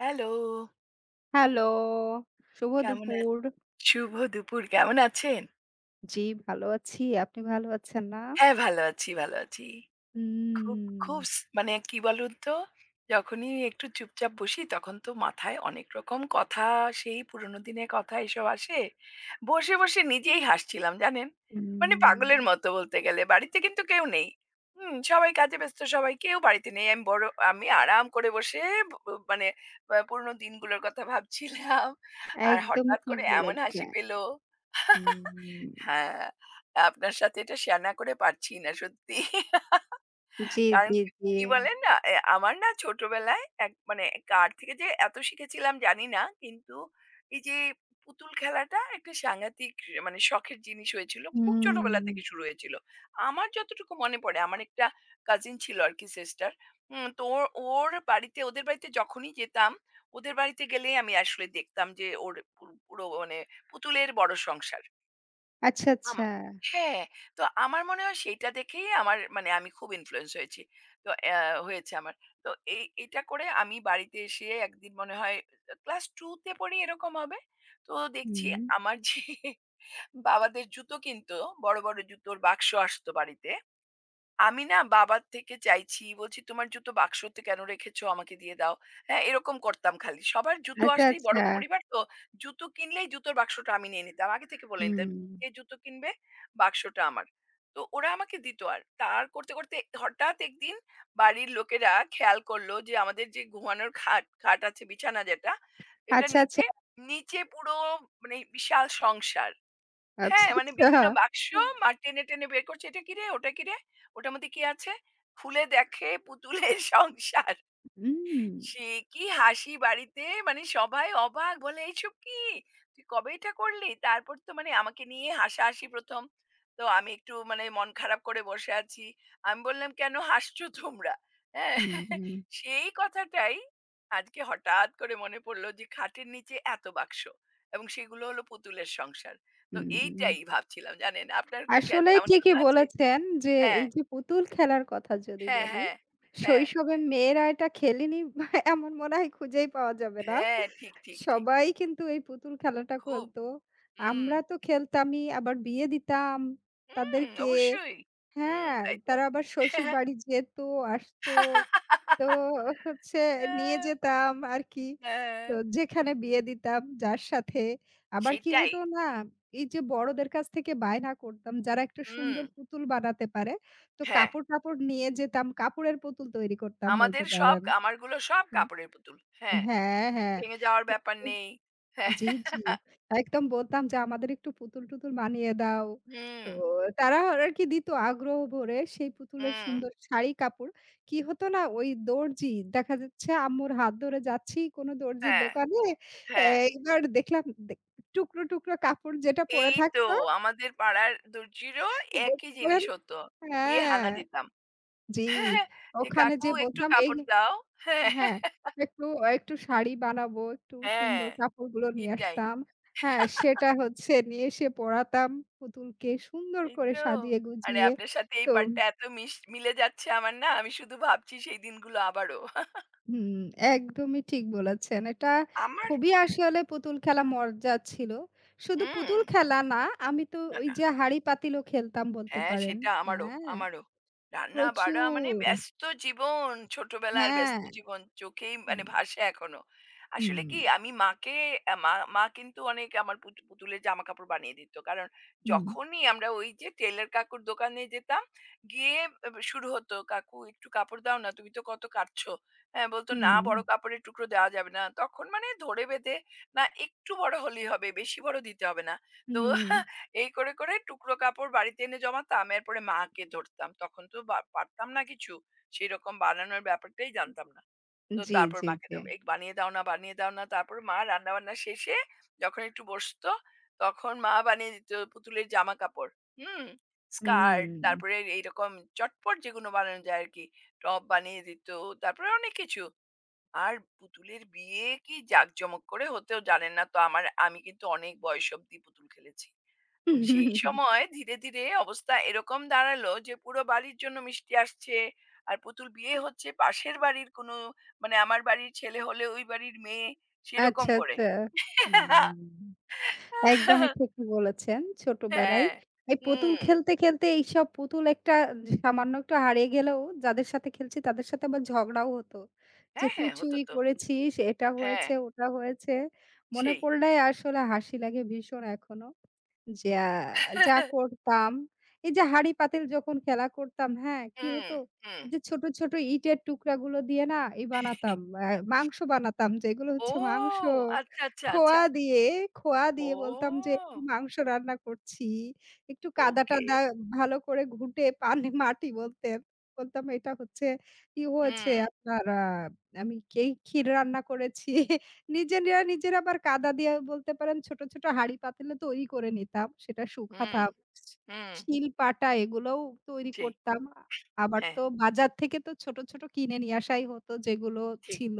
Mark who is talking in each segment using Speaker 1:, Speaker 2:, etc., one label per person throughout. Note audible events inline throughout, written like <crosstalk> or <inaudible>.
Speaker 1: Hello!
Speaker 2: Hello, শুভ
Speaker 1: কেমন আ
Speaker 2: দুপুর।
Speaker 1: শুভ দুপুর। কেমন আছেন?
Speaker 2: জি, ভালো আছি। আপনি ভালো আছেন না?
Speaker 1: হ্যাঁ, ভালো আছি, ভালো আছি। খুব,
Speaker 2: হুম।
Speaker 1: খুব স মানে কি বলুন তো? যখনই একটু চুপচাপ বসি তখন তো মাথায় অনেক রকম কথা, সেই পুরনো দিনের কথা এসব আসে। বসে, বসে নিজেই হাসছিলাম জানেন?
Speaker 2: হুম,
Speaker 1: পাগলের মতো বলতে গেলে। বাড়িতে কিন্তু কেউ নেই। হুম, সবাই কাজে ব্যস্ত, সবাই কেউ বাড়িতে নেই। আমি আরাম করে বসে ব ব মানে আ পুরনো দিনগুলোর কথা ভাবছিলাম। আর
Speaker 2: একদমই
Speaker 1: হঠাৎ
Speaker 2: ঠিক
Speaker 1: করে এমন হাসি
Speaker 2: বলেছেন।
Speaker 1: পেল।
Speaker 2: হুম,
Speaker 1: হ্যাঁ, আপনার সাথে এটা শেয়ার না করে পারছি না সত্যি। <laughs>
Speaker 2: জি,
Speaker 1: কারণ
Speaker 2: জি,
Speaker 1: কি
Speaker 2: জি।
Speaker 1: কি বলেন না? এ আমার না ছোটবেলায় এক মানে কার থেকে যে এত শিখেছিলাম জানি না। কিন্তু এই যে পুতুল খেলাটা একটা সাংঘাতিক শখের জিনিস হয়েছিল। খুব ছোটবেলা
Speaker 2: হুম,
Speaker 1: থেকে শুরু হয়েছিল। আমার যতটুকু মনে পড়ে আমার একটা কাজিন ছিল আরকি সিস্টার। উম তো ওর ওর বাড়িতে ওদের বাড়িতে যখনই যেতাম, ওদের বাড়িতে গেলেই আমি আসলে দেখতাম যে ওর পু পুরো মানে পুতুলের বড় সংসার।
Speaker 2: আচ্ছা,
Speaker 1: আমা
Speaker 2: আচ্ছা।
Speaker 1: হ্যাঁ, তো আমার মনে হয় সেইটা দেখেই আমার মানে আমি খুব ইনফ্লুয়েন্স হয়েছি। তো অ্যা হয়েছে আমার। তো এই এটা করে আমি বাড়িতে এসে একদিন মনে হয় ক্লাস 2 তে পড়ি এরকম হবে। তো দেখছি
Speaker 2: হুম।
Speaker 1: আমার যে বাবাদের জুতো কিনতো, বড়, বড় জুতোর বাক্স আসতো বাড়িতে। আমি না বাবার থেকে চাইছি, বলছি, "তোমার জুতো বাক্সতে কেন রেখেছো? আমাকে দিয়ে দাও।" হ্যাঁ, এরকম করতাম খালি। সবার জুতো
Speaker 2: আচ্ছা,
Speaker 1: আসলেই বড়
Speaker 2: আচ্ছা।
Speaker 1: পরিবার তো, জুতো কিনলেই জুতোর বাক্সটা আমি নিয়ে নিতাম। আগে থেকে বলে নিতাম,
Speaker 2: হুম,
Speaker 1: "কে জুতো কিনবে? বাক্সটা আমার।" তো ওরা আমাকে দিত আর তার করতে, করতে হঠাৎ একদিন বাড়ির লোকেরা খেয়াল করলো যে আমাদের যে ঘুমানোর খাট আছে বিছানা যেটা, এটার
Speaker 2: আচ্ছা, আচ্ছা,
Speaker 1: নিচে, নিচে পুরো মানে বিশাল সংসার।
Speaker 2: আচ্ছা,
Speaker 1: হ্যাঁ, মানে
Speaker 2: আচ্ছা।
Speaker 1: বিভিন্ন বাক্স মা টেনে, টেনে বের করছে। "এটা কিরে? ওটা কিরে? ওটার মধ্যে কি আছে?" খুলে দেখে পুতুলের সংসার।
Speaker 2: হুম।
Speaker 1: সে কি হাসি বাড়িতে মানে সবাই অবাক বলে এইসব কি তুই কবে এটা করলি, তারপর তো মানে আমাকে নিয়ে হাসাহাসি প্রথম। তো আমি একটু মানে মন খারাপ করে বসে আছি, আমি বললাম কেন হাসছো তোমরা। হ্যাঁ,
Speaker 2: হুম, হুম,
Speaker 1: সেই কথাটাই আজকে হঠাৎ করে মনে পড়লো যে খাটের নিচে এত বাক্স এবং সেগুলো হলো পুতুলের সংসার। তো
Speaker 2: হুম।
Speaker 1: এইটাই ভাবছিলাম জানেন, আপনার
Speaker 2: আসলেই
Speaker 1: তেমন
Speaker 2: ঠিকই
Speaker 1: কোনো আছে?
Speaker 2: বলেছেন যে,
Speaker 1: হ্যাঁ,
Speaker 2: এই যে পুতুল খেলার কথা যদি
Speaker 1: হ্যাঁ,
Speaker 2: বলি,
Speaker 1: হ্যাঁ, হ্যাঁ।
Speaker 2: শৈশবে মেয়েরা এটা খেলেনি বা এমন মনে হয় খুঁজেই পাওয়া যাবে না।
Speaker 1: হ্যাঁ, ঠিক, ঠিক, ঠিক।
Speaker 2: সবাই কিন্তু এই পুতুল খেলাটা
Speaker 1: খুব।
Speaker 2: খেলতো।
Speaker 1: হুম।
Speaker 2: আমরা তো খেলতামই, আবার বিয়ে দিতাম
Speaker 1: হুম,
Speaker 2: তাদেরকে।
Speaker 1: অবশ্যই। হুম,
Speaker 2: হ্যাঁ,
Speaker 1: তাই তো।
Speaker 2: তারা আবার
Speaker 1: হ্যাঁ,
Speaker 2: শ্বশুরবাড়ি যেত, আসতো। তো হচ্ছে নিয়ে যেতাম আরকি।
Speaker 1: হ্যাঁ,
Speaker 2: তো যেখানে বিয়ে দিতাম যার সাথে। আবার কি
Speaker 1: সেটাই।
Speaker 2: হতো না, এই যে বড়দের কাছ থেকে বায়না করতাম যারা একটা
Speaker 1: হুম,
Speaker 2: সুন্দর পুতুল বানাতে পারে। তো
Speaker 1: হ্যাঁ।
Speaker 2: কাপড়-টাপড় নিয়ে যেতাম। কাপড়ের পুতুল তৈরি করতাম বলতে
Speaker 1: আমাদের সব
Speaker 2: পারেন।
Speaker 1: আমারগুলো সব
Speaker 2: হুম,
Speaker 1: কাপড়ের পুতুল। হ্যাঁ,
Speaker 2: হ্যাঁ, হ্যাঁ।
Speaker 1: ভেঙে যাওয়ার ব্যাপার নেই।
Speaker 2: তো
Speaker 1: হ্যাঁ।
Speaker 2: জি, জি। একদম বলতাম যে, "আমাদের একটু পুতুল-টুতুল বানিয়ে দাও।"
Speaker 1: হুম,
Speaker 2: তো তারা আরকি দিত আগ্রহ ভরে সেই পুতুলের
Speaker 1: হুম,
Speaker 2: সুন্দর শাড়ি কাপড়। কি হতো না ওই দর্জি দেখা যাচ্ছে আম্মুর হাত ধরে যাচ্ছি কোনো দর্জির
Speaker 1: হ্যাঁ,
Speaker 2: দোকানে। এ
Speaker 1: হ্যাঁ।
Speaker 2: এইবার দেখলাম টুকরো, টুকরো কাপড় যেটা পড়ে
Speaker 1: এই তো,
Speaker 2: থাকতো
Speaker 1: আমাদের পাড়ার দর্জিরও একই
Speaker 2: বলছিলেন
Speaker 1: জিনিস হতো। গিয়ে
Speaker 2: হ্যাঁ,
Speaker 1: হানা দিতাম।
Speaker 2: জি।
Speaker 1: <laughs> যে,
Speaker 2: ওখানে
Speaker 1: "কাকু
Speaker 2: যেয়ে
Speaker 1: একটু
Speaker 2: বলতাম এই
Speaker 1: কাপড় দাও।" হ্যাঁ,
Speaker 2: হ্যাঁ, একটু একটু শাড়ি বানাবো, একটু
Speaker 1: হ্যাঁ,
Speaker 2: সুন্দর কাপড়গুলো নিয়ে
Speaker 1: এটাই।
Speaker 2: আসতাম। হ্যাঁ, সেটা হচ্ছে নিয়ে এসে পরাতাম পুতুলকে সুন্দর
Speaker 1: এই
Speaker 2: করে
Speaker 1: তো।
Speaker 2: সাজিয়ে
Speaker 1: আরে
Speaker 2: গুজিয়ে।
Speaker 1: আপনার সাথে এই
Speaker 2: তো
Speaker 1: পার্টটা এত মিলে যাচ্ছে আমার না। আমি শুধু ভাবছি সেই দিনগুলো আবারও।
Speaker 2: হুম, একদমই ঠিক বলেছেন। এটা
Speaker 1: আমার
Speaker 2: খুবই আসলে পুতুল খেলা মজা ছিল। শুধু
Speaker 1: হুম,
Speaker 2: পুতুল খেলা না, আমি তো
Speaker 1: না,
Speaker 2: ওই
Speaker 1: না।
Speaker 2: যে হাঁড়ি পাতিলও খেলতাম বলতে
Speaker 1: হ্যাঁ,
Speaker 2: পারেন।
Speaker 1: সেটা আমারও,
Speaker 2: হ্যাঁ,
Speaker 1: আমারও। রান্না-বাড়া মানে
Speaker 2: প্রচুর।
Speaker 1: ব্যস্ত জীবন, ছোটবেলার
Speaker 2: হ্যাঁ,
Speaker 1: ব্যস্ত জীবন চোখেই
Speaker 2: হুম,
Speaker 1: মানে ভাসে এখনো। আসলে
Speaker 2: হুম,
Speaker 1: কি আমি মাকে আ মা মা কিন্তু অনেক আমার পুতুলের জামাকাপড় বানিয়ে দিত। কারণ
Speaker 2: হুম,
Speaker 1: যখনই আমরা ওই যে টেইলর কাকুর দোকানে যেতাম, গিয়ে শুরু হতো, "কাকু একটু কাপড় দাও না, তুমি তো কত কাটছো।" হ্যাঁ, বলতো, "না,
Speaker 2: হুম,
Speaker 1: বড় কাপড়ের টুকরো দেওয়া যাবে না।" তখন মানে ধরে বেঁধে, "না, একটু বড় হলেই হবে, বেশি বড় দিতে হবে না।" তো
Speaker 2: হুম।
Speaker 1: এই করে, করে টুকরো কাপড় বাড়িতে এনে জমাতাম। এরপরে মাকে ধরতাম। তখন তো বা পারতাম না কিছু। সেরকম বানানোর ব্যাপারটাই জানতাম না। তো
Speaker 2: জি,
Speaker 1: তারপর
Speaker 2: জি,
Speaker 1: মাকে
Speaker 2: জি।
Speaker 1: দাম, "এই বানিয়ে দাও না, বানিয়ে দাও না।" তারপর মা রান্নাবান্না শেষে যখন একটু বসতো, তখন মা বানিয়ে দিত পুতুলের জামাকাপড়। হুম? স্কার্ট,
Speaker 2: হুম।
Speaker 1: তারপরে এইরকম চটপট যেগুলো বানানো যায় আরকি। টপ বানিয়ে দিত। তারপরে অনেক কিছু। আর পুতুলের বিয়ে কি জাঁকজমক করে হতেও জানেন না। তো আমার আমি কিন্তু অনেক বয়স অব্দি পুতুল খেলেছি। এবং সেই সময় ধীরে, ধীরে অবস্থা এরকম দাঁড়ালো যে পুরো বাড়ির জন্য মিষ্টি আসছে। আর পুতুল বিয়ে হচ্ছে পাশের বাড়ির কোনো মানে আমার বাড়ির ছেলে হলে ওই বাড়ির মেয়ে, সেরকম
Speaker 2: আচ্ছা,
Speaker 1: করে।
Speaker 2: আচ্ছা। হুম, একদমই ঠিকই বলেছেন। ছোটবেলায়
Speaker 1: হ্যাঁ,
Speaker 2: এই পুতুল
Speaker 1: হুম।
Speaker 2: খেলতে, খেলতে এইসব পুতুল একটা সামান্য একটু হারিয়ে গেলেও যাদের সাথে খেলছি তাদের সাথে আবার ঝগড়াও হতো। যে
Speaker 1: হ্যাঁ,
Speaker 2: তুই
Speaker 1: হ্যাঁ, হতো
Speaker 2: চুরি
Speaker 1: তো।
Speaker 2: করেছিস, এটা
Speaker 1: হ্যাঁ,
Speaker 2: হয়েছে, ওটা হয়েছে। মনে
Speaker 1: সেই।
Speaker 2: পড়লেই আসলে হাসি লাগে ভীষণ এখনো। যা যা করতাম, এই যে হাঁড়ি-পাতিল যখন খেলা করতাম, হ্যাঁ? কি
Speaker 1: হুম,
Speaker 2: হতো?
Speaker 1: হুম।
Speaker 2: যে ছোট, ছোট ইটের টুকরাগুলো দিয়ে না বানাতাম, আ মাংস বানাতাম যেগুলো
Speaker 1: ও!
Speaker 2: হচ্ছে মাংস।
Speaker 1: আচ্ছা, আচ্ছা, আচ্ছা।
Speaker 2: খোয়া দিয়ে, খোয়া
Speaker 1: ও!
Speaker 2: দিয়ে বলতাম যে মাংস রান্না করছি। একটু
Speaker 1: ওকে।
Speaker 2: কাদা-টাদা ভালো করে ঘুঁটে পানি মাটি বলতেন। বলতাম এটা হচ্ছে ই হয়েছে
Speaker 1: হুম,
Speaker 2: আপনার আ আমি এই ক্ষীর রান্না করেছি। নিজেরা, নিজেরা আবার কাদা দিয়ে বলতে পারেন ছোট, ছোট হাঁড়ি-পাতিলে তৈরি করে নিতাম। সেটা
Speaker 1: হুম,
Speaker 2: শুকাতাম।
Speaker 1: হুম।
Speaker 2: শিল-পাটা এগুলোও তৈরি
Speaker 1: সেই।
Speaker 2: করতাম। আবার
Speaker 1: হ্যাঁ,
Speaker 2: তো বাজার থেকে তো ছোট, ছোট কিনে নিয়ে আসাই হতো যেগুলো
Speaker 1: ঠিক।
Speaker 2: ছিল।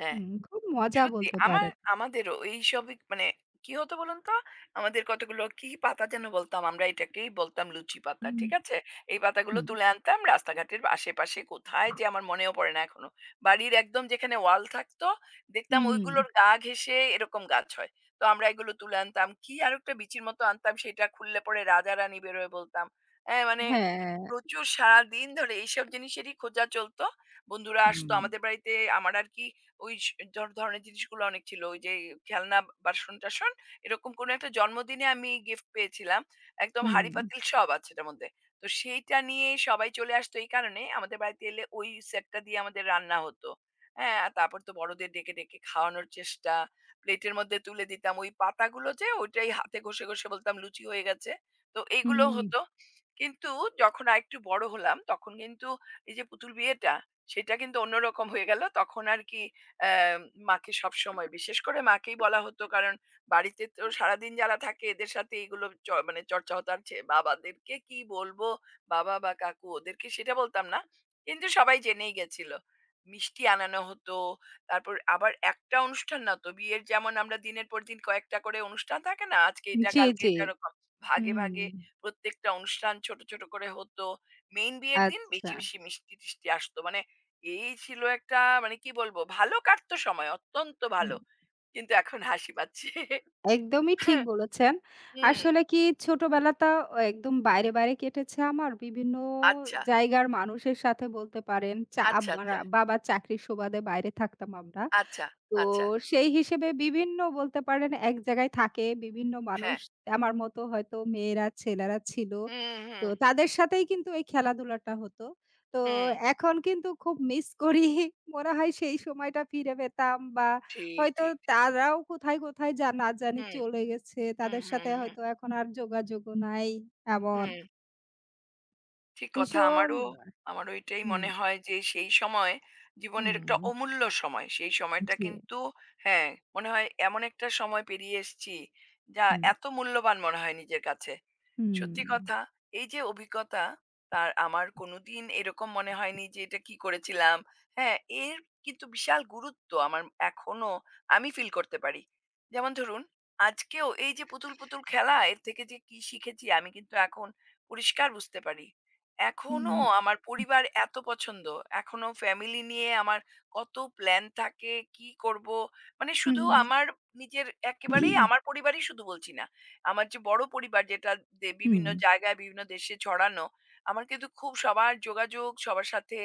Speaker 1: হ্যাঁ।
Speaker 2: হুম, খুব মজা
Speaker 1: সত্যি
Speaker 2: বলতে
Speaker 1: আমার
Speaker 2: পারেন।
Speaker 1: আমাদেরও এইসবই মানে কি হতো বলুন তো, আমাদের কতগুলো কি পাতা যেন বলতাম, আমরা এটাকেই বলতাম লুচি পাতা,
Speaker 2: হুম,
Speaker 1: ঠিক আছে? এই পাতাগুলো
Speaker 2: হুম।
Speaker 1: তুলে আনতাম রাস্তাঘাটের আশেপাশে কোথায় যে আমার মনেও পড়ে না এখনো। বাড়ির একদম যেখানে ওয়াল থাকতো, দেখতাম
Speaker 2: হুম,
Speaker 1: ওইগুলোর গা ঘেঁষে এরকম গাছ হয়। তো আমরা এগুলো তুলে আনতাম, কি আর একটা বিচির মতো আনতাম, সেটা খুললে পরে রাজা রানী বেরোয় বলতাম। হ্যাঁ, মানে
Speaker 2: হ্যাঁ,
Speaker 1: প্রচুর সারা দিন ধরে এইসব জিনিসেরই খোঁজা চলতো। বন্ধুরা আসতো
Speaker 2: হুম,
Speaker 1: আমাদের বাড়িতে। আমার আর কি ওই স ধর ধরনের জিনিসগুলো অনেক ছিল। ওই যে খেলনা বাসন-টাসন, এরকম কোনো একটা জন্মদিনে আমি গিফট পেয়েছিলাম। একদম
Speaker 2: হুম,
Speaker 1: হাঁড়ি-পাতিল সব আছে এটার মধ্যে। তো সেইটা নিয়ে সবাই চলে আসতো, এই কারণে আমাদের বাড়িতে এলে ওই সেটটা দিয়ে আমাদের রান্না হতো। হ্যাঁ, আর তারপর তো বড়দের ডেকে, ডেকে খাওয়ানোর চেষ্টা। প্লেটের মধ্যে তুলে দিতাম ওই পাতাগুলো, যে ওইটাই হাতে ঘষে, ঘষে বলতাম লুচি হয়ে গেছে। তো এইগুলো
Speaker 2: হুম,
Speaker 1: হতো। কিন্তু যখন আরেকটু বড় হলাম তখন কিন্তু এই যে পুতুল বিয়েটা, সেটা কিন্তু অন্যরকম হয়ে গেল। তখন আর কি অ্যা মাকে সবসময়, বিশেষ করে মাকেই বলা হতো কারণ বাড়িতে তো সারাদিন যারা থাকে এদের সাথে এগুলো চ মানে চর্চা হতো। আর বাবাদেরকে কি বলবো? বাবা বা কাকু ওদেরকে সেটা বলতাম না। কিন্তু সবাই জেনেই গেছিল। মিষ্টি আনানো হতো। তারপর আবার একটা অনুষ্ঠান না তো বিয়ের, যেমন আমরা দিনের পর দিন কয়েকটা করে অনুষ্ঠান থাকে না? আজকে এটা
Speaker 2: জি,
Speaker 1: কালকে
Speaker 2: জি,
Speaker 1: এটা এরকম। ভাগে,
Speaker 2: হুম,
Speaker 1: ভাগে প্রত্যেকটা অনুষ্ঠান ছোট, ছোট করে হতো। মেইন বিয়ের দিন
Speaker 2: আচ্ছা,
Speaker 1: বেশি, বেশি মিষ্টি-টিষ্টি আসতো। মানে এই ছিল একটা, মানে কি বলবো? ভালো কাটতো সময়, অত্যন্ত
Speaker 2: হুম।
Speaker 1: ভালো। কিন্তু এখন হাসি পাচ্ছে।
Speaker 2: একদমই ঠিক
Speaker 1: হ্যাঁ,
Speaker 2: বলেছেন।
Speaker 1: হুম।
Speaker 2: আসলে কি ছোটবেলাটা একদম বাইরে, বাইরে কেটেছে আমার। বিভিন্ন
Speaker 1: আচ্ছা,
Speaker 2: জায়গার মানুষের সাথে বলতে পারেন। চা আব
Speaker 1: আচ্ছা,
Speaker 2: রা
Speaker 1: আচ্ছা,
Speaker 2: বাবার চাকরির সুবাদে বাইরে থাকতাম আমরা।
Speaker 1: আচ্ছা,
Speaker 2: তো
Speaker 1: আচ্ছা।
Speaker 2: সেই হিসেবে বিভিন্ন বলতে পারেন এক জায়গায় থাকে বিভিন্ন মানুষ
Speaker 1: হ্যাঁ।
Speaker 2: আমার মতো হয়তো মেয়েরা ছেলেরা ছিল।
Speaker 1: হুম,
Speaker 2: তো
Speaker 1: হুম,
Speaker 2: তাদের সাথেই কিন্তু এই খেলাধুলাটা হতো। তো
Speaker 1: হুম।
Speaker 2: এখন কিন্তু খুব মিস করি। <laughs> মনে হয় সেই সময়টা ফিরে পেতাম বা
Speaker 1: ঠিক,
Speaker 2: হয়তো
Speaker 1: ঠিক, ঠিক।
Speaker 2: তারাও কোথায়, কোথায় যা না জানি
Speaker 1: হুম,
Speaker 2: চলে গেছে।
Speaker 1: হুম,
Speaker 2: তাদের
Speaker 1: হুম,
Speaker 2: সাথে
Speaker 1: হুম,
Speaker 2: হয়তো এখন আর যোগাযোগও নাই এমন।
Speaker 1: হুম। ঠিক কথা।
Speaker 2: ভীষণ
Speaker 1: আমারও, আমারও এটাই
Speaker 2: হুম,
Speaker 1: মনে হয় যে সেই সময় জীবনের একটা
Speaker 2: হুম,
Speaker 1: অমূল্য সময়। সেই সময়টা
Speaker 2: জি,
Speaker 1: কিন্তু হ্যাঁ, মনে হয় এমন একটা সময় পেরিয়ে এসেছি যা
Speaker 2: হুম,
Speaker 1: এত মূল্যবান মনে হয় নিজের কাছে।
Speaker 2: হুম,
Speaker 1: সত্যি কথা, এই যে অভিজ্ঞতা, তার আমার কোনোদিন এরকম মনে হয়নি যে এটা কি করেছিলাম। হ্যাঁ, এর কিন্তু বিশাল গুরুত্ব আমার এখনো আমি ফিল করতে পারি। যেমন ধরুন, আজকেও এই যে পুতুল খেলা এর থেকে যে কি শিখেছি আমি কিন্তু এখন পরিষ্কার বুঝতে পারি। এখনো
Speaker 2: হুম,
Speaker 1: আমার পরিবার এত পছন্দ। এখনো ফ্যামিলি নিয়ে আমার কত প্ল্যান থাকে, কি করব। মানে শুধু
Speaker 2: হুম,
Speaker 1: আমার নিজের একেবারেই আমার পরিবারই শুধু বলছি না। আমার যে বড় পরিবার যেটা
Speaker 2: হুম।
Speaker 1: বিভিন্ন জায়গায়, বিভিন্ন দেশে ছড়ানো, আমার কিন্তু খুব সবার যোগাযোগ, সবার সাথে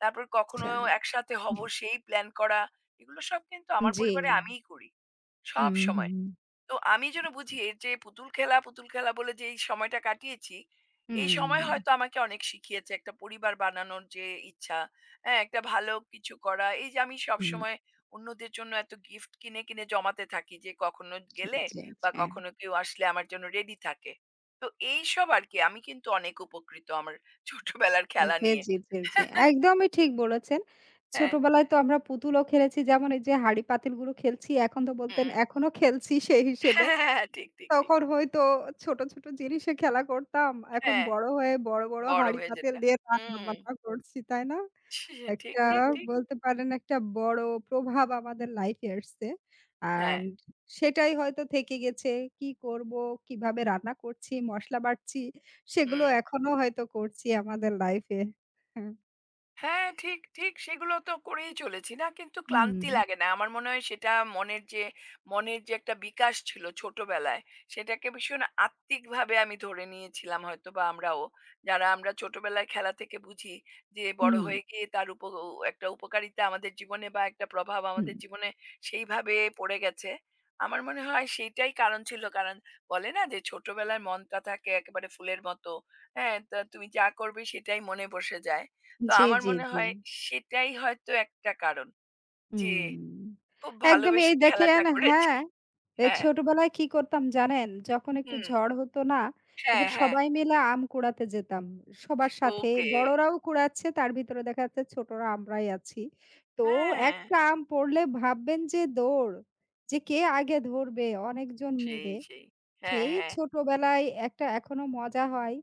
Speaker 1: তারপর কখনো
Speaker 2: আচ্ছা।
Speaker 1: একসাথে হব সেই প্ল্যান করা, এগুলো সব কিন্তু আমার
Speaker 2: জি।
Speaker 1: পরিবারে আমিই করি।
Speaker 2: হুম,
Speaker 1: সবসময়।
Speaker 2: হুম।
Speaker 1: তো আমি যেন বুঝি এই যে পুতুল খেলা, পুতুল খেলা বলে যে এই সময়টা কাটিয়েছি, এই সময়
Speaker 2: হুম,
Speaker 1: হয়তো আমাকে অনেক শিখিয়েছে একটা পরিবার বানানোর যে ইচ্ছা, হ্যাঁ? একটা ভালো কিছু করা। এই যে আমি
Speaker 2: হুম।
Speaker 1: সবসময় অন্যদের জন্য এত গিফট কিনে, কিনে জমাতে থাকি যে কখনো
Speaker 2: জি,
Speaker 1: গেলে
Speaker 2: জি, জি।
Speaker 1: বা
Speaker 2: হ্যাঁ।
Speaker 1: কখনো কেউ আসলে আমার জন্য রেডি থাকে। তো এইসব আরকি আমি কিন্তু অনেক উপকৃত আমার ছোটবেলার খেলা
Speaker 2: জি,
Speaker 1: নিয়ে।
Speaker 2: জি, জি, জি। একদমই ঠিক বলেছেন।
Speaker 1: হ্যাঁ।
Speaker 2: ছোটবেলায় তো আমরা পুতুলও খেলেছি যেমন এই যে হাঁড়ি পাতিলগুলো খেলছি এখন তো বলতেন
Speaker 1: হুম। <laughs>
Speaker 2: এখনো খেলছি সেই হিসেবে।
Speaker 1: হ্যাঁ, হ্যাঁ, হ্যাঁ। ঠিক, ঠিক, ঠিক।
Speaker 2: তখন হয়তো ছোট, ছোট জিনিসে খেলা করতাম। এখন
Speaker 1: হ্যাঁ,
Speaker 2: বড় হয়ে বড়, বড়
Speaker 1: বড়
Speaker 2: হাঁড়ি
Speaker 1: হয়ে
Speaker 2: পাতিল
Speaker 1: যেটা।
Speaker 2: দিয়ে
Speaker 1: হুম।
Speaker 2: রান্না-বান্না করছি, তাই না?
Speaker 1: ঠিক,
Speaker 2: একটা
Speaker 1: ঠিক, ঠিক।
Speaker 2: বলতে পারেন একটা বড় প্রভাব আমাদের লাইফে আসছে।
Speaker 1: হ্যাঁ।
Speaker 2: অ্যান্ড সেটাই হয়তো থেকে গেছে। কি করব, কিভাবে রান্না করছি, মসলা বাটছি, সেগুলো
Speaker 1: হুম।
Speaker 2: এখনো হয়তো করছি আমাদের লাইফে। হ্যাঁ।
Speaker 1: হ্যাঁ, ঠিক, ঠিক, সেগুলো তো করেই চলেছি না, কিন্তু
Speaker 2: হুম,
Speaker 1: ক্লান্তি লাগে না। আমার মনে হয় সেটা মনের যে মনের যে একটা বিকাশ ছিল ছোটবেলায়, সেটাকে ভীষণ আত্মিকভাবে আমি ধরে নিয়েছিলাম, হয়তোবা আমরাও। যারা আমরা ছোটবেলায় খেলা থেকে বুঝি যে বড়
Speaker 2: হুম,
Speaker 1: হয়ে গিয়ে তার উপ ও একটা উপকারিতা আমাদের জীবনে বা একটা প্রভাব
Speaker 2: হুম।
Speaker 1: আমাদের জীবনে সেইভাবে পড়ে গেছে। আমার মনে হয় সেইটাই কারণ ছিল। কারণ বলে না যে ছোটবেলায় মনটা থাকে একেবারে ফুলের মতো। হ্যাঁ, তা তুমি যা করবে সেটাই মনে বসে যায়। তো
Speaker 2: জি,
Speaker 1: আমার
Speaker 2: জি,
Speaker 1: মনে
Speaker 2: জি।
Speaker 1: হয় সেটাই হয়তো একটা কারণ যে
Speaker 2: হুম।
Speaker 1: খুব
Speaker 2: একদমই
Speaker 1: ভালোবেসে
Speaker 2: এই
Speaker 1: খেলাটা
Speaker 2: দেখেন
Speaker 1: করেছি।
Speaker 2: হ্যাঁ, এই
Speaker 1: হ্যাঁ,
Speaker 2: ছোটবেলায় কি করতাম জানেন? যখন একটু
Speaker 1: হুম।
Speaker 2: ঝড় হতো না,
Speaker 1: হ্যাঁ,
Speaker 2: এবার
Speaker 1: হ্যাঁ।
Speaker 2: সবাই মিলে আম কুড়াতে যেতাম। সবার সাথে
Speaker 1: ওকে।
Speaker 2: বড়রাও কুড়াচ্ছে, তার ভিতরে দেখা যাচ্ছে ছোটরা আমরাই আছি। তো
Speaker 1: হ্যাঁ,
Speaker 2: একটা আম পড়লে ভাববেন যে দৌড়, যে কে আগে ধরবে অনেকজন
Speaker 1: সেই,
Speaker 2: মিলে।
Speaker 1: সেই। হ্যাঁ,
Speaker 2: সেই
Speaker 1: হ্যাঁ,
Speaker 2: ছোটবেলায় একটা এখনো মজা হয়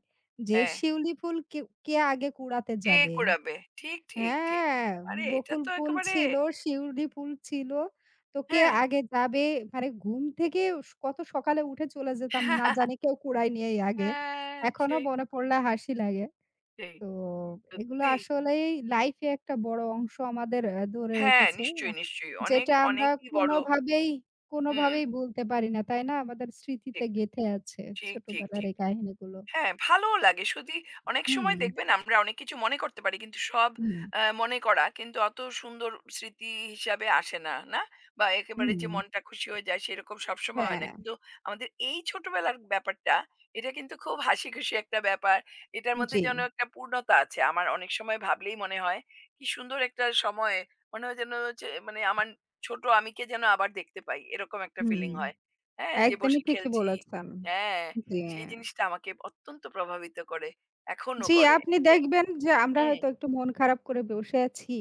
Speaker 2: যে
Speaker 1: হ্যাঁ।
Speaker 2: শিউলি ফুল কে কে আগে কুড়াতে
Speaker 1: কে
Speaker 2: যাবে।
Speaker 1: কুড়াবে? ঠিক, ঠিক, ঠিক।
Speaker 2: হ্যাঁ,
Speaker 1: আরে এটা
Speaker 2: বকুল
Speaker 1: তো
Speaker 2: ফুল
Speaker 1: একেবারে
Speaker 2: ছিল, শিউলি ফুল ছিল। তো কে
Speaker 1: হ্যাঁ।
Speaker 2: আগে যাবে? মানে ঘুম থেকে কত সকালে উঠে চলে যেতাম না জানি কেউ কুড়ায় নিয়েই আগে।
Speaker 1: হ্যাঁ,
Speaker 2: এখনো
Speaker 1: সেই,
Speaker 2: মনে পড়লে হাসি লাগে।
Speaker 1: সেই।
Speaker 2: তো এগুলো
Speaker 1: সত্যি।
Speaker 2: আসলেই লাইফ এ একটা বড় অংশ আমাদের ধরে
Speaker 1: হ্যাঁ,
Speaker 2: রেখেছে। আ
Speaker 1: নিশ্চয়ই, নিশ্চয়ই। অনেক,
Speaker 2: যেটা আমরা
Speaker 1: অনেকই বড়।
Speaker 2: কোনোভাবেই,
Speaker 1: হুম,
Speaker 2: কোনোভাবেই ভুলতে পারি না, তাই না? আমাদের স্মৃতিতে
Speaker 1: ঠিক,
Speaker 2: গেঁথে আছে
Speaker 1: ঠিক, ঠিক,
Speaker 2: ছোটবেলার
Speaker 1: ঠিক।
Speaker 2: এই কাহিনীগুলো।
Speaker 1: হ্যাঁ, ভালোও লাগে। শুধু অনেক
Speaker 2: হুম,
Speaker 1: সময় দেখবেন আমরা অনেক কিছু মনে করতে পারি। কিন্তু সব
Speaker 2: হুম,
Speaker 1: মনে করা কিন্তু অত সুন্দর স্মৃতি হিসাবে আসে না, না? বা একেবারে যে
Speaker 2: হুম।
Speaker 1: মনটা খুশি হয়ে যায় সেরকম সবসময় হয়
Speaker 2: হ্যাঁ,
Speaker 1: না। কিন্তু আমাদের এই ছোটবেলার ব্যাপারটা এটা কিন্তু খুব হাসিখুশি একটা ব্যাপার। এটার মধ্যে
Speaker 2: জি,
Speaker 1: যেন একটা পূর্ণতা আছে। আমার অনেক সময় ভাবলেই মনে হয় কি সুন্দর একটা সময়, মনে হয় যেন যে মানে আমার ছোট আমিকে যেন আবার দেখতে পাই। এরকম একটা
Speaker 2: হুম।
Speaker 1: ফিলিং হয়। হ্যাঁ, যে
Speaker 2: একদমই
Speaker 1: বসে
Speaker 2: ঠিকই
Speaker 1: খেলছি।
Speaker 2: বলেছেন।
Speaker 1: হ্যাঁ।
Speaker 2: জি।
Speaker 1: সেই জিনিসটা আমাকে অত্যন্ত প্রভাবিত করে। এখনো
Speaker 2: জি,
Speaker 1: করে,
Speaker 2: আপনি
Speaker 1: এই আরকি।
Speaker 2: দেখবেন যে আমরা
Speaker 1: হুম,
Speaker 2: হয়তো একটু মন খারাপ করে বসে আছি।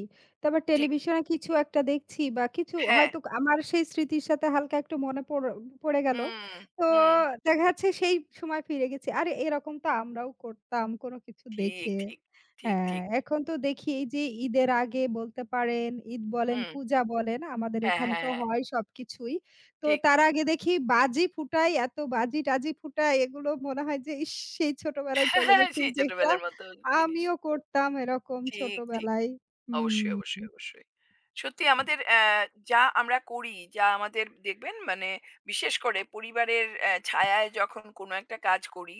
Speaker 2: তারপর
Speaker 1: ঠিক।
Speaker 2: টেলিভিশনে কিছু একটা দেখছি বা কিছু
Speaker 1: হ্যাঁ।
Speaker 2: হয়তো আমার সেই স্মৃতির সাথে হালকা একটু মনে পড়ে গেল।
Speaker 1: হুম,
Speaker 2: তো
Speaker 1: হুম।
Speaker 2: দেখা যাচ্ছে সেই সময় ফিরে গেছি। আরে এরকম তো আমরাও করতাম কোনো কিছু
Speaker 1: ঠিক,
Speaker 2: দেখে।
Speaker 1: ঠিক। ঠিক,
Speaker 2: হ্যাঁ,
Speaker 1: ঠিক, ঠিক।
Speaker 2: এখন তো দেখি এই যে ঈদের আগে বলতে পারেন, ঈদ বলেন,
Speaker 1: হুম।
Speaker 2: পূজা বলেন, আমাদের
Speaker 1: হ্যাঁ,
Speaker 2: এখানে
Speaker 1: হ্যাঁ,
Speaker 2: তো
Speaker 1: হ্যাঁ।
Speaker 2: হয় সবকিছুই। তো
Speaker 1: ঠিক।
Speaker 2: তার আগে দেখি বাজি ফুটায়, এত বাজি-টাজি ফুটায় এগুলো মনে হয় যে ইস! সেই ছোটবেলায় চলে
Speaker 1: <laughs>
Speaker 2: গেছি
Speaker 1: সেই
Speaker 2: যেটা
Speaker 1: ছোটবেলার মতো জিনিস।
Speaker 2: আমিও করতাম এরকম
Speaker 1: ঠিক, ঠিক।
Speaker 2: ছোটবেলায়। হুম,
Speaker 1: অবশ্যই, অবশ্যই, অবশ্যই। সত্যি আমাদের অ্যা যা আমরা করি, যা আমাদের দেখবেন মানে বিশেষ করে পরিবারের ছায়ায় যখন কোনো একটা কাজ করি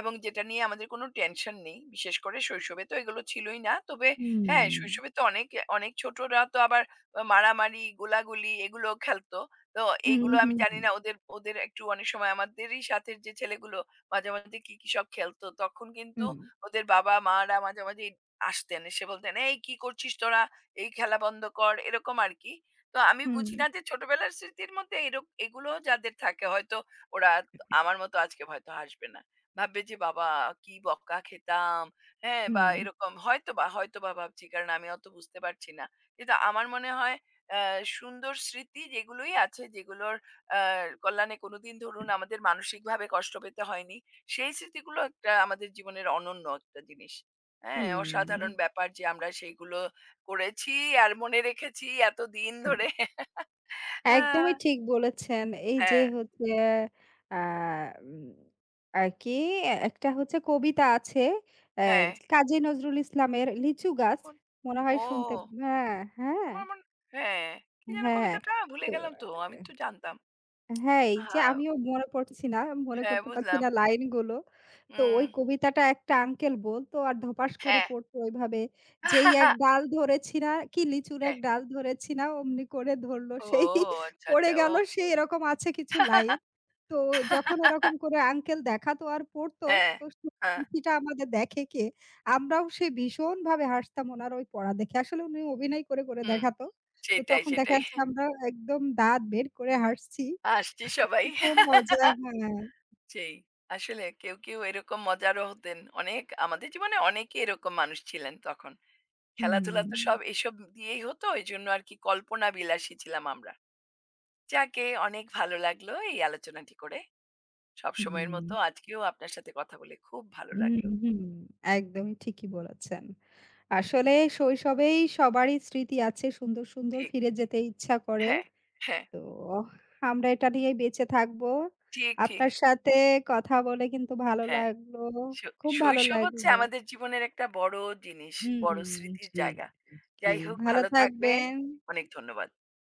Speaker 1: এবং যেটা নিয়ে আমাদের কোনো টেনশন নেই। বিশেষ করে শৈশবে তো এগুলো ছিলই না। তবে হ্যাঁ,
Speaker 2: হুম,
Speaker 1: শৈশবে তো অনেক অনেক ছোটরা তো আবার মারামারি, গোলাগুলি এগুলো খেলতো। তো
Speaker 2: হুম,
Speaker 1: এইগুলো আমি
Speaker 2: হুম,
Speaker 1: জানি না ওদের ওদের একটু অনেক সময় আমাদেরই সাথের যে ছেলেগুলো মাঝে, মাঝে কি, কি সব খেলতো। তখন কিন্তু
Speaker 2: হুম,
Speaker 1: ওদের বাবা-মারা মাঝে, মাঝে আসতেন। এসে বলতেন, "এই কি করছিস তোরা? এই খেলা বন্ধ কর।" এরকম আরকি। তো আমি
Speaker 2: হুম,
Speaker 1: বুঝি না যে ছোটবেলার স্মৃতির মধ্যে এগুলো যাদের থাকে হয়তো ওরা আমার মতো আজকে হয়তো হাসবে না। ভাববে যে, "বাবা কি বকা খেতাম।" হ্যাঁ? বা
Speaker 2: হুম,
Speaker 1: এরকম হয়তোবা, হয়তোবা ভাবছি কারণ আমি অত বুঝতে পারছি না। কিন্তু আমার মনে হয় অ্যা সুন্দর স্মৃতি যেগুলোই আছে যেগুলোর অ্যা কল্যাণে কোনোদিন ধরুন আমাদের মানসিকভাবে কষ্ট পেতে হয়নি। সেই স্মৃতিগুলো একটা আমাদের জীবনের অনন্য একটা জিনিস। হ্যাঁ, অসাধারণ
Speaker 2: হুম,
Speaker 1: ব্যাপার যে আমরা সেইগুলো করেছি আর মনে রেখেছি এতদিন
Speaker 2: হুম।
Speaker 1: ধরে। আ
Speaker 2: একদমই ঠিক বলেছেন। এই যে
Speaker 1: হ্যাঁ।
Speaker 2: হচ্ছে আ উম আর কি
Speaker 1: তো
Speaker 2: একটা হচ্ছে কবিতা আছে অ্যা
Speaker 1: হ্যাঁ,
Speaker 2: কাজী নজরুল ইসলামের 'লিচু গাছ'
Speaker 1: কোন?
Speaker 2: মনে হয়
Speaker 1: ও!
Speaker 2: শুনতে হ্যাঁ, হ্যাঁ,
Speaker 1: আমার মন, হ্যাঁ, কি যেন
Speaker 2: হ্যাঁ।
Speaker 1: কবিতাটা? ভুলে
Speaker 2: তো
Speaker 1: গেলাম তো। আমি তো জানতাম।
Speaker 2: হ্যাঁ, এই যে
Speaker 1: হ্যাঁ,
Speaker 2: আমিও মনে পড়ছি না, মনে
Speaker 1: হ্যাঁ
Speaker 2: করতে পারছি
Speaker 1: বুঝলাম।
Speaker 2: না লাইনগুলো। তো ওই
Speaker 1: হুম।
Speaker 2: কবিতাটা একটা আঙ্কেল বলতো আর ধপাস করে
Speaker 1: হ্যাঁ।
Speaker 2: পড়তো ওইভাবে। যেই এক
Speaker 1: <laughs>
Speaker 2: ডাল ধরেছি না কি লিচুর এক
Speaker 1: হ্যাঁ।
Speaker 2: ডাল ধরেছি না অমনি করে ধরল
Speaker 1: ও
Speaker 2: সেই
Speaker 1: আচ্ছা,
Speaker 2: পড়ে
Speaker 1: আচ্ছা।
Speaker 2: গেল
Speaker 1: ওকে।
Speaker 2: সেই এরকম আছে কিছু লাইন।
Speaker 1: <laughs>
Speaker 2: তো যখন ওরকম করে আঙ্কেল দেখাতো আর পড়তো
Speaker 1: হ্যাঁ,
Speaker 2: তো সেই
Speaker 1: হ্যাঁ।
Speaker 2: হাসিটা আমাদের দেখে কে? আমরাও সে ভীষণভাবে হাসতাম উনার ওই পড়া দেখে। আসলে উনি অভিনয় করে, করে
Speaker 1: হুম।
Speaker 2: দেখাতো। তো
Speaker 1: সেটাই,
Speaker 2: তখন দেখা
Speaker 1: সেটাই।
Speaker 2: যাচ্ছে আমরা একদম দাঁত বের করে হাসছি।
Speaker 1: আসছি সবাই।
Speaker 2: খুব মজা, হ্যাঁ।
Speaker 1: সেই। আসলে কেউ, কেউ এরকম মজারও হতেন। অনেক আমাদের জীবনে অনেকেই এরকম মানুষ ছিলেন তখন। খেলাধুলা তো
Speaker 2: হুম,
Speaker 1: সব এসব দিয়েই হতো। এজন্য আরকি কল্পনা বিলাসী ছিলাম আমরা। যাকে অনেক ভালো লাগলো এই আলোচনাটি করে। সবসময়ের
Speaker 2: হুম,
Speaker 1: মতো আজকেও আপনার সাথে কথা বলে খুব ভালো
Speaker 2: হুম,
Speaker 1: লাগলো।
Speaker 2: হুম, একদমই ঠিকই বলেছেন। আসলে শৈশবেই সবারই স্মৃতি আছে সুন্দর, সুন্দর
Speaker 1: ঠিক।
Speaker 2: ফিরে যেতে ইচ্ছা করে।
Speaker 1: হ্যাঁ, হ্যাঁ।
Speaker 2: তো আমরা এটা নিয়েই বেঁচে থাকবো।
Speaker 1: ঠিক, ঠিক।
Speaker 2: আপনার সাথে কথা বলে কিন্তু ভালো
Speaker 1: হ্যাঁ।
Speaker 2: লাগলো।
Speaker 1: শৈ
Speaker 2: খুব ভালো
Speaker 1: শৈশব হচ্ছে
Speaker 2: লাগলো।
Speaker 1: আমাদের জীবনের একটা বড় জিনিস, বড়
Speaker 2: হুম,
Speaker 1: স্মৃতির
Speaker 2: জি,
Speaker 1: জায়গা।
Speaker 2: জি।
Speaker 1: যাই হোক
Speaker 2: ভালো
Speaker 1: ভালো থাকবেন।
Speaker 2: থাকবেন।
Speaker 1: অনেক ধন্যবাদ।